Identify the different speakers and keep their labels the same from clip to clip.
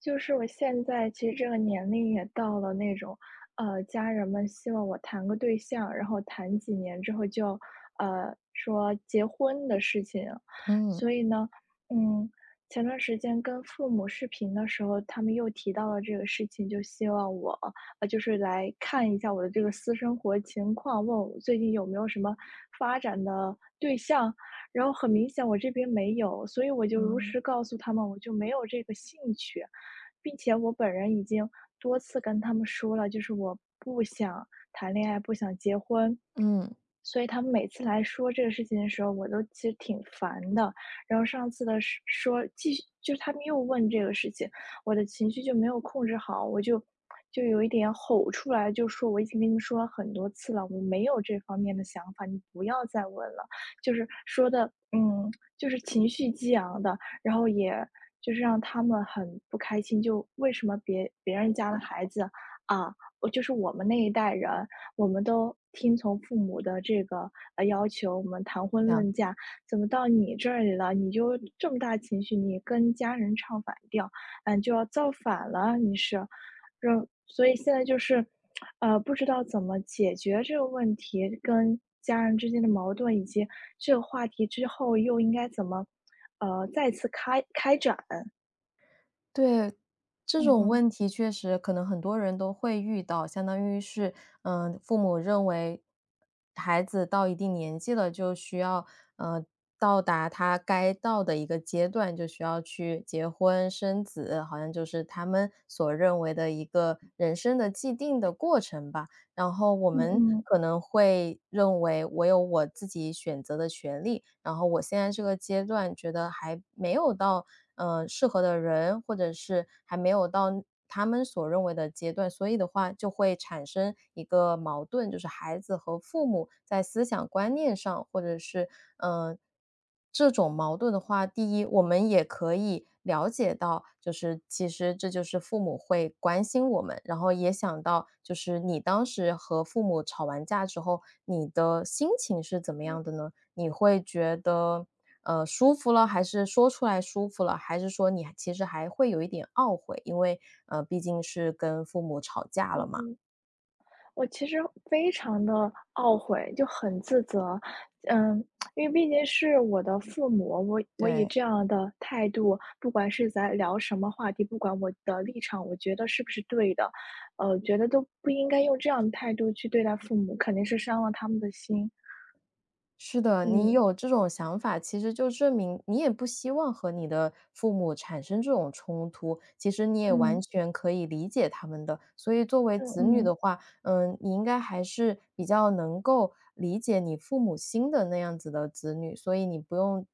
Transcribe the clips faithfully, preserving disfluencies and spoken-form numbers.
Speaker 1: 就是我现在其实这个年龄也到了那种，呃，家人们希望我谈个对象，然后谈几年之后就呃，说结婚的事情。所
Speaker 2: 嗯。
Speaker 1: 以呢，嗯，前段时间跟父母视频的时候，他们又提到了这个事情，就希望我，呃，就是来看一下我的这个私生活情况，问我最近有没有什么发展的对象。然后很明显我这边没有，所以我就如
Speaker 2: 嗯，
Speaker 1: 实告诉他们，我就没有这个兴趣。并且我本人已经多次跟他们说了，就是我不想谈恋爱，不想结婚，
Speaker 2: 嗯，
Speaker 1: 所以他们每次来说这个事情的时候，我都其实挺烦的。然后上次的是说继续，就是他们又问这个事情，我的情绪就没有控制好，我就就有一点吼出来，就说我已经跟你们说了很多次了，我没有这方面的想法，你不要再问了。就是说的，嗯，就是情绪激昂的，然后也就是让他们很不开心，就为什么别别人家的孩子啊，我就是我们那一代人，我们都听从父母的这个呃要求，我们谈婚
Speaker 2: 了
Speaker 1: 论
Speaker 2: 解。
Speaker 1: 嫁，怎么到你这里了，你就这么大情绪，你跟家人唱反调，嗯，就要造反了，你是，让所以现在就是，呃，不知道怎么解决这个问题，跟家人之间的矛盾，以及这个话题之后又应该怎么，呃，再次开开展，
Speaker 2: 对，这
Speaker 1: 嗯
Speaker 2: 种
Speaker 1: 嗯
Speaker 2: 问题确实可能很多人都会遇到，相当于是，嗯，父母认为孩子到一定年纪了，就需要，嗯，到达他该到的一个阶段，就需要去结婚生子，好像就是他们所认为的一个人生的既定的过程吧。然后我
Speaker 1: 嗯嗯
Speaker 2: 们
Speaker 1: 嗯嗯。
Speaker 2: 可能会认为我有我自己选择的权利，然后我现在这个阶段觉得还没有到，呃，适合的人，或者是还没有到他们所认为的阶段，所以的话就会产生一个矛盾，就是孩子和父母在思想观念上，或者是，嗯。呃这种矛盾的话，第一，我们也可以了解到，就是其实这就是父母会关心我们，然后也想到，就是你当时和父母吵完架之后，你的心情是怎么样的呢？你会觉得，呃，舒服了，还是说出来舒服了，还是说你其实还会有一点懊悔，因为呃，毕竟是跟父母吵架了嘛。
Speaker 1: 嗯，我其实非常的懊悔，就很自责。嗯，因为毕竟是我的父母，我我以
Speaker 2: 对。
Speaker 1: 这样的态度，不管是在聊什么话题，不管我的立场，我觉得是不是对的，呃，觉得都不应该用这样的态度去对待父母，肯定是伤了他们的心。
Speaker 2: 是的，你
Speaker 1: 嗯，
Speaker 2: 有这种想法，其实就证明你也不希望和你的父母产生这种冲突，其实你也
Speaker 1: 嗯，
Speaker 2: 完全可以理解他们的。所以作为
Speaker 1: 嗯
Speaker 2: 子女
Speaker 1: 嗯。
Speaker 2: 的话，嗯，你应该还是比较能够理解你父母心的那样子的子女，所以你不用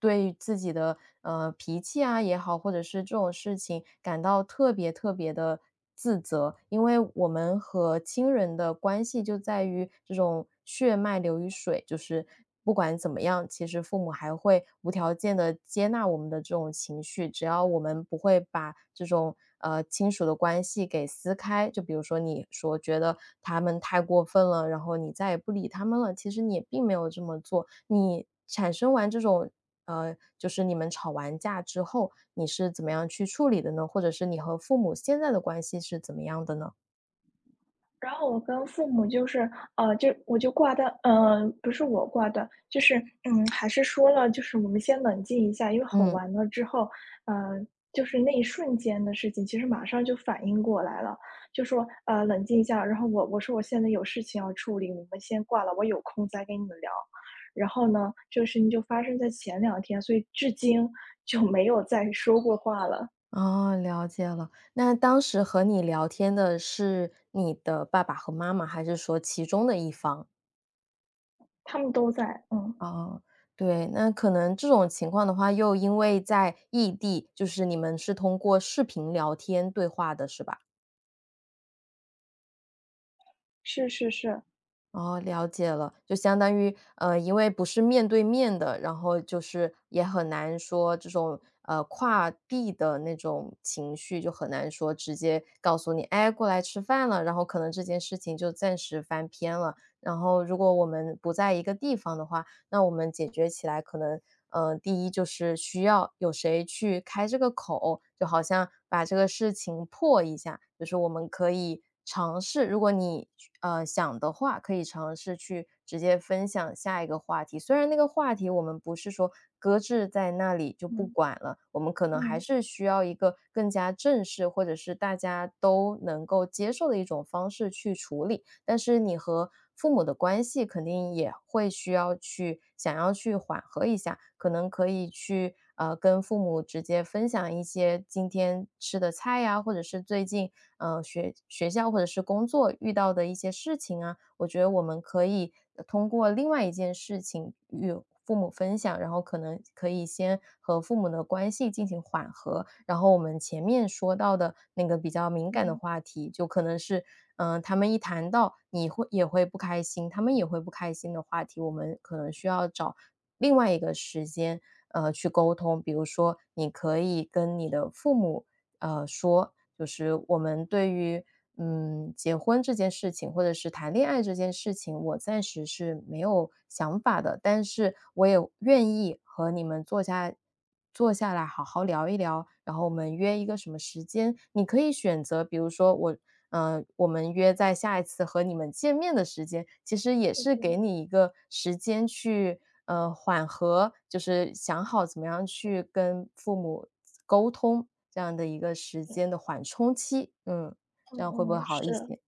Speaker 2: 对自己的呃脾气啊也好，或者是这种事情感到特别特别的自责，因为我们和亲人的关系就在于这种血脉流于水，就是不管怎么样，其实父母还会无条件的接纳我们的这种情绪，只要我们不会把这种呃亲属的关系给撕开。就比如说你说觉得他们太过分了，然后你再也不理他们了，其实你也并没有这么做，你产生完这种呃，就是你们吵完架之后，你是怎么样去处理的呢？或者是你和父母现在的关系是怎么样的呢？
Speaker 1: 然后我跟父母就是，呃，就我就挂断，呃，不是我挂断，就是，嗯，还是说了，就是我们先冷静一下，因为吼
Speaker 2: 嗯，
Speaker 1: 完了之后，呃，就是那一瞬间的事情，其实马上就反应过来了，就说，呃，冷静一下，然后我我说我现在有事情要处理，你们先挂了，我有空再跟你们聊。然后呢，这个事情就发生在前两天，所以至今就没有再说过话了。
Speaker 2: 哦，了解了。那当时和你聊天的是你的爸爸和妈妈，还是说其中的一方？
Speaker 1: 他们都在，嗯，
Speaker 2: 哦，对，那可能这种情况的话，又因为在异地，就是你们是通过视频聊天对话的，是吧？
Speaker 1: 是是是，
Speaker 2: 哦，了解了，就相当于，呃，因为不是面对面的，然后就是也很难说这种呃跨地的那种情绪，就很难说直接告诉你，哎，过来吃饭了，然后可能这件事情就暂时翻篇了。然后如果我们不在一个地方的话，那我们解决起来可能，呃，第一就是需要有谁去开这个口，就好像把这个事情破一下，就是我们可以尝试，如果你呃想的话，可以尝试去直接分享下一个话题。虽然那个话题我们不是说搁置在那里就不
Speaker 1: 嗯
Speaker 2: 管了，我们可能还
Speaker 1: 嗯，
Speaker 2: 是需要一个更加正式，或者是大家都能够接受的一种方式去处理。但是你和父母的关系肯定也会需要去想要去缓和一下，可能可以去呃跟父母直接分享一些今天吃的菜呀、或者是最近呃学学校或者是工作遇到的一些事情啊，我觉得我们可以呃通过另外一件事情与父母分享，然后可能可以先和父母的关系进行缓和。然后我们前面说到的那个比较敏感的话题，就可能是，嗯、他们一谈到你会也会不开心，他们也会不开心的话题，我们可能需要找另外一个时间，呃，去沟通。比如说，你可以跟你的父母，呃，说，就是我们对于嗯，结婚这件事情，或者是谈恋爱这件事情，我暂时是没有想法的，但是我也愿意和你们坐下坐下来好好聊一聊，然后我们约一个什么时间，你可以选择，比如说我，嗯，我们约在下一次和你们见面的时间，其实也
Speaker 1: 对
Speaker 2: 是
Speaker 1: 对
Speaker 2: 给
Speaker 1: 对。
Speaker 2: 你一个时间去，呃，缓和，就是想好怎么样去跟父母沟通这样的一个时
Speaker 1: 嗯
Speaker 2: 间的缓冲期，嗯。
Speaker 1: 嗯
Speaker 2: 这样会不会
Speaker 1: 嗯，
Speaker 2: 好一
Speaker 1: 是
Speaker 2: 些？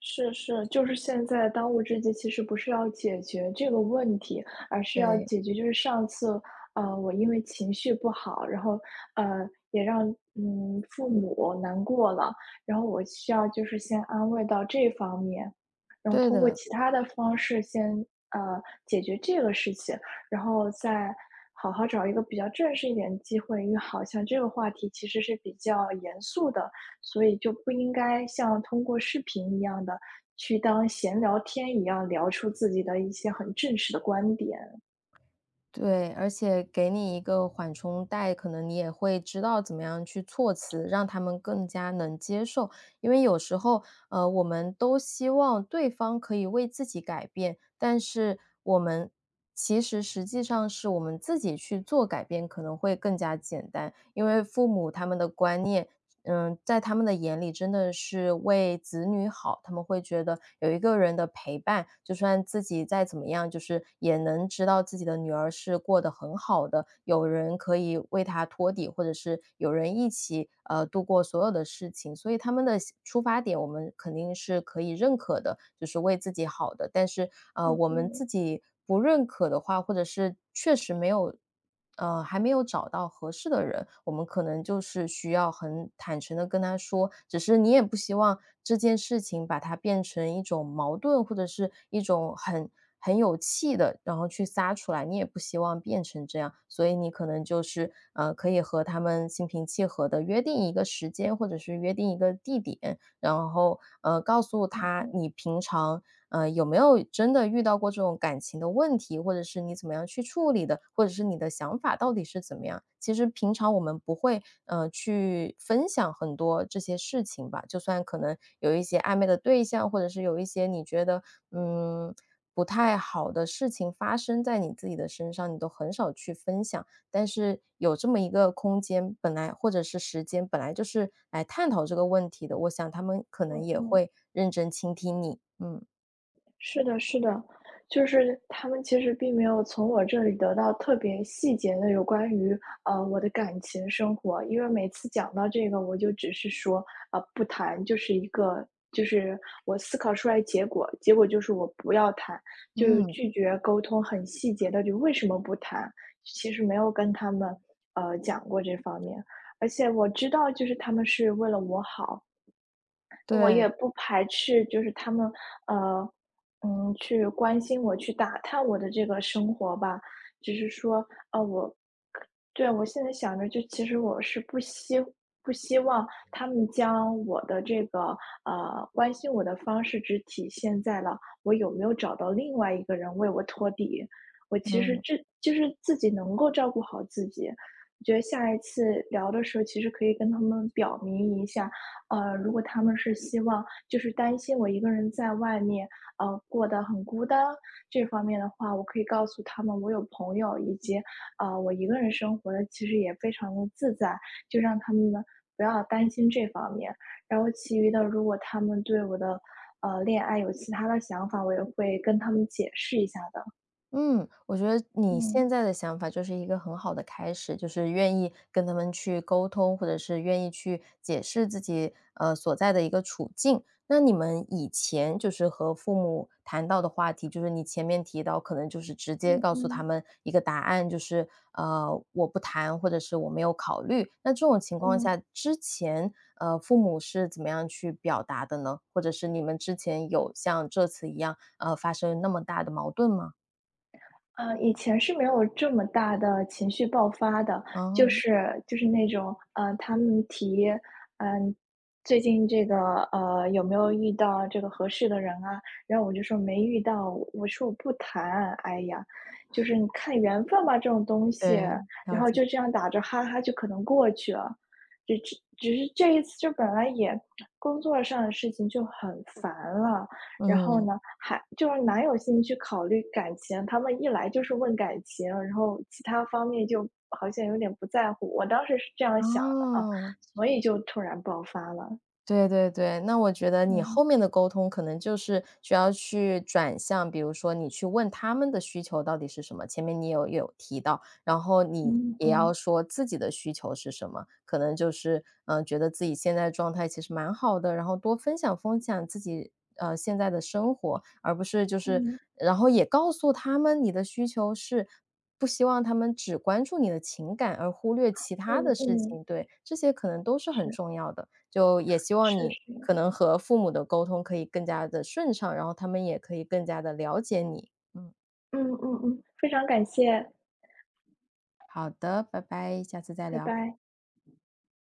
Speaker 1: 是是，就是现在当务之急，其实不是要解决这个问题，而是要
Speaker 2: 对，
Speaker 1: 解决就是上次，呃，我因为情绪不好，然后呃，也让嗯父母难过了，然后我需要就是先安慰到这方面，然后
Speaker 2: 对
Speaker 1: 通过
Speaker 2: 的，
Speaker 1: 其他的方式先呃解决这个事情，然后再好好找一个比较正式一点的机会，因为好像这个话题其实是比较严肃的。所以就不应该像通过视频一样的去当闲聊天一样聊出自己的一些很正式的观点。
Speaker 2: 对，而且给你一个缓冲带，可能你也会知道怎么样去措辞，让他们更加能接受。因为有时候呃，我们都希望对方可以为自己改变，但是我们其实实际上是我们自己去做改变可能会更加简单，因为父母他们的观念。嗯，在他们的眼里，真的是为子女好。他们会觉得有一个人的陪伴，就算自己再怎么样，就是也能知道自己的女儿是过得很好的，有人可以为她托底，或者是有人一起呃度过所有的事情。所以他们的出发点。点我们肯定是可以认可的，就是为自己好的。但是，呃，
Speaker 1: 嗯
Speaker 2: 我们
Speaker 1: 嗯
Speaker 2: 自己不认可的话，或者是确实没有，呃，还没有找到合适的人，我们可能就是需要很坦诚的跟他说。只是你也不希望这件事情把它变成一种矛盾，或者是一种很很有气的，然后去撒出来，你也不希望变成这样。所以你可能就是，呃，可以和他们心平气和的约定一个时间，或者是约定一个地点，然后，呃，告诉
Speaker 1: 嗯
Speaker 2: 他
Speaker 1: 嗯
Speaker 2: 你平常，呃，有没有真的遇到过这种感情的问题，或者是你怎么样去处理的，或者是你的想法到底是怎么样。其实平常我们不会，呃，去分享很多这些事情吧，就算可能有一些暧昧的对象，或者是有一些你觉得，嗯，不太好的事情发生在你自己的身上，你都很少去分享。但是有这么一个空间，本来或者是时间，本来就是来探讨这个问题的，我想他们可能
Speaker 1: 嗯
Speaker 2: 也
Speaker 1: 嗯。
Speaker 2: 会认真倾听你。嗯。
Speaker 1: 是的，是的，就是他们其实并没有从我这里得到特别细节的有关于呃我的感情生活，因为每次讲到这个，我就只是说啊、呃不谈，就是一个就是我思考出来结果，结果就是我不要谈，就是
Speaker 2: 嗯，
Speaker 1: 拒绝沟通很细节的，就为什么不谈，其实没有跟他们呃讲过这方面，而且我知道就是他们是为了我好，我
Speaker 2: 对，
Speaker 1: 也不排斥，就是他们，呃，嗯，去关心我，去打探我的这个生活吧。只是说，呃，我，对，我现在想着，就其实我是不希不希望他们将我的这个，呃，关心我的方式只体现在了我有没有找到另外一个人为我托底。我其实
Speaker 2: 嗯。
Speaker 1: 这就是自己能够照顾好自己。我觉得下一次聊的时候，其实可以跟他们表明一下，呃，如果他们是希望就是担心我一个人在外面，呃，过得很孤单，这方面的话，我可以告诉他们我有朋友，以及，呃，我一个人生活的其实也非常的自在，就让他们呢，不要担心这方面。然后其余的，如果他们对我的，呃，恋爱有其他的想法，我也会跟他们解释一下的，
Speaker 2: 嗯，我觉得你现
Speaker 1: 嗯。
Speaker 2: 在的想法就是一个很好的开始，就是愿意跟他们去沟通，或者是愿意去解释自己呃所在的一个处境。那你们以前就是和父母谈到的话题，就是你前面提到，可能就是直接
Speaker 1: 嗯
Speaker 2: 告诉他
Speaker 1: 嗯，
Speaker 2: 们一个答案，就是呃我不谈，或者是我没有考虑。那这种情况
Speaker 1: 嗯。
Speaker 2: 下，之前呃父母是怎么样去表达的呢？或者是你们之前有像这次一样呃发生那么大的矛盾吗？
Speaker 1: 嗯，以前是没有这么大的情绪爆发的，就
Speaker 2: 哦，
Speaker 1: 是就是那种，呃，他们提，嗯，最近这个，呃，有没有遇到这个合适的人啊？然后我就说没遇到，我说我不谈，哎呀，就是你看缘分吧，这种东西，
Speaker 2: 对，
Speaker 1: 然
Speaker 2: 了
Speaker 1: 后就
Speaker 2: 解，
Speaker 1: 这样打着哈哈就可能过去了，只只只是这一次就本来也工作上的事情就很烦了，然后
Speaker 2: 嗯，
Speaker 1: 呢，还就是哪有心去考虑感情？他们一来就是问感情，然后其他方面就好像有点不在乎。我当时是这样想的啊，
Speaker 2: 哦，
Speaker 1: 所以就突然爆发了。
Speaker 2: 对对对，那我觉得你
Speaker 1: 嗯
Speaker 2: 后面的沟通可能就是需要去转向，比如说你去问他们的需求到底是什么，前面你有有提到，然后你
Speaker 1: 嗯
Speaker 2: 也要
Speaker 1: 嗯
Speaker 2: 说自己的需求是什么，可能就是嗯、呃觉得自己现在状态其实蛮好的，然后多分享分享自己呃现在的生活，而不是就是
Speaker 1: 嗯
Speaker 2: 然后也告诉他们你的需求是。不希望他们只关注你的情感，而忽略其他
Speaker 1: 嗯
Speaker 2: 的事
Speaker 1: 嗯，
Speaker 2: 情。对，这些可能都是很
Speaker 1: 是
Speaker 2: 重要的。就也希望
Speaker 1: 是
Speaker 2: 你
Speaker 1: 是，
Speaker 2: 可能和父母的沟通可以更加的顺畅，然后他们也可以更加的了解你。嗯，
Speaker 1: 嗯嗯嗯，非常感谢，
Speaker 2: 好的，拜拜，下次再
Speaker 1: 拜
Speaker 2: 聊。
Speaker 1: 拜。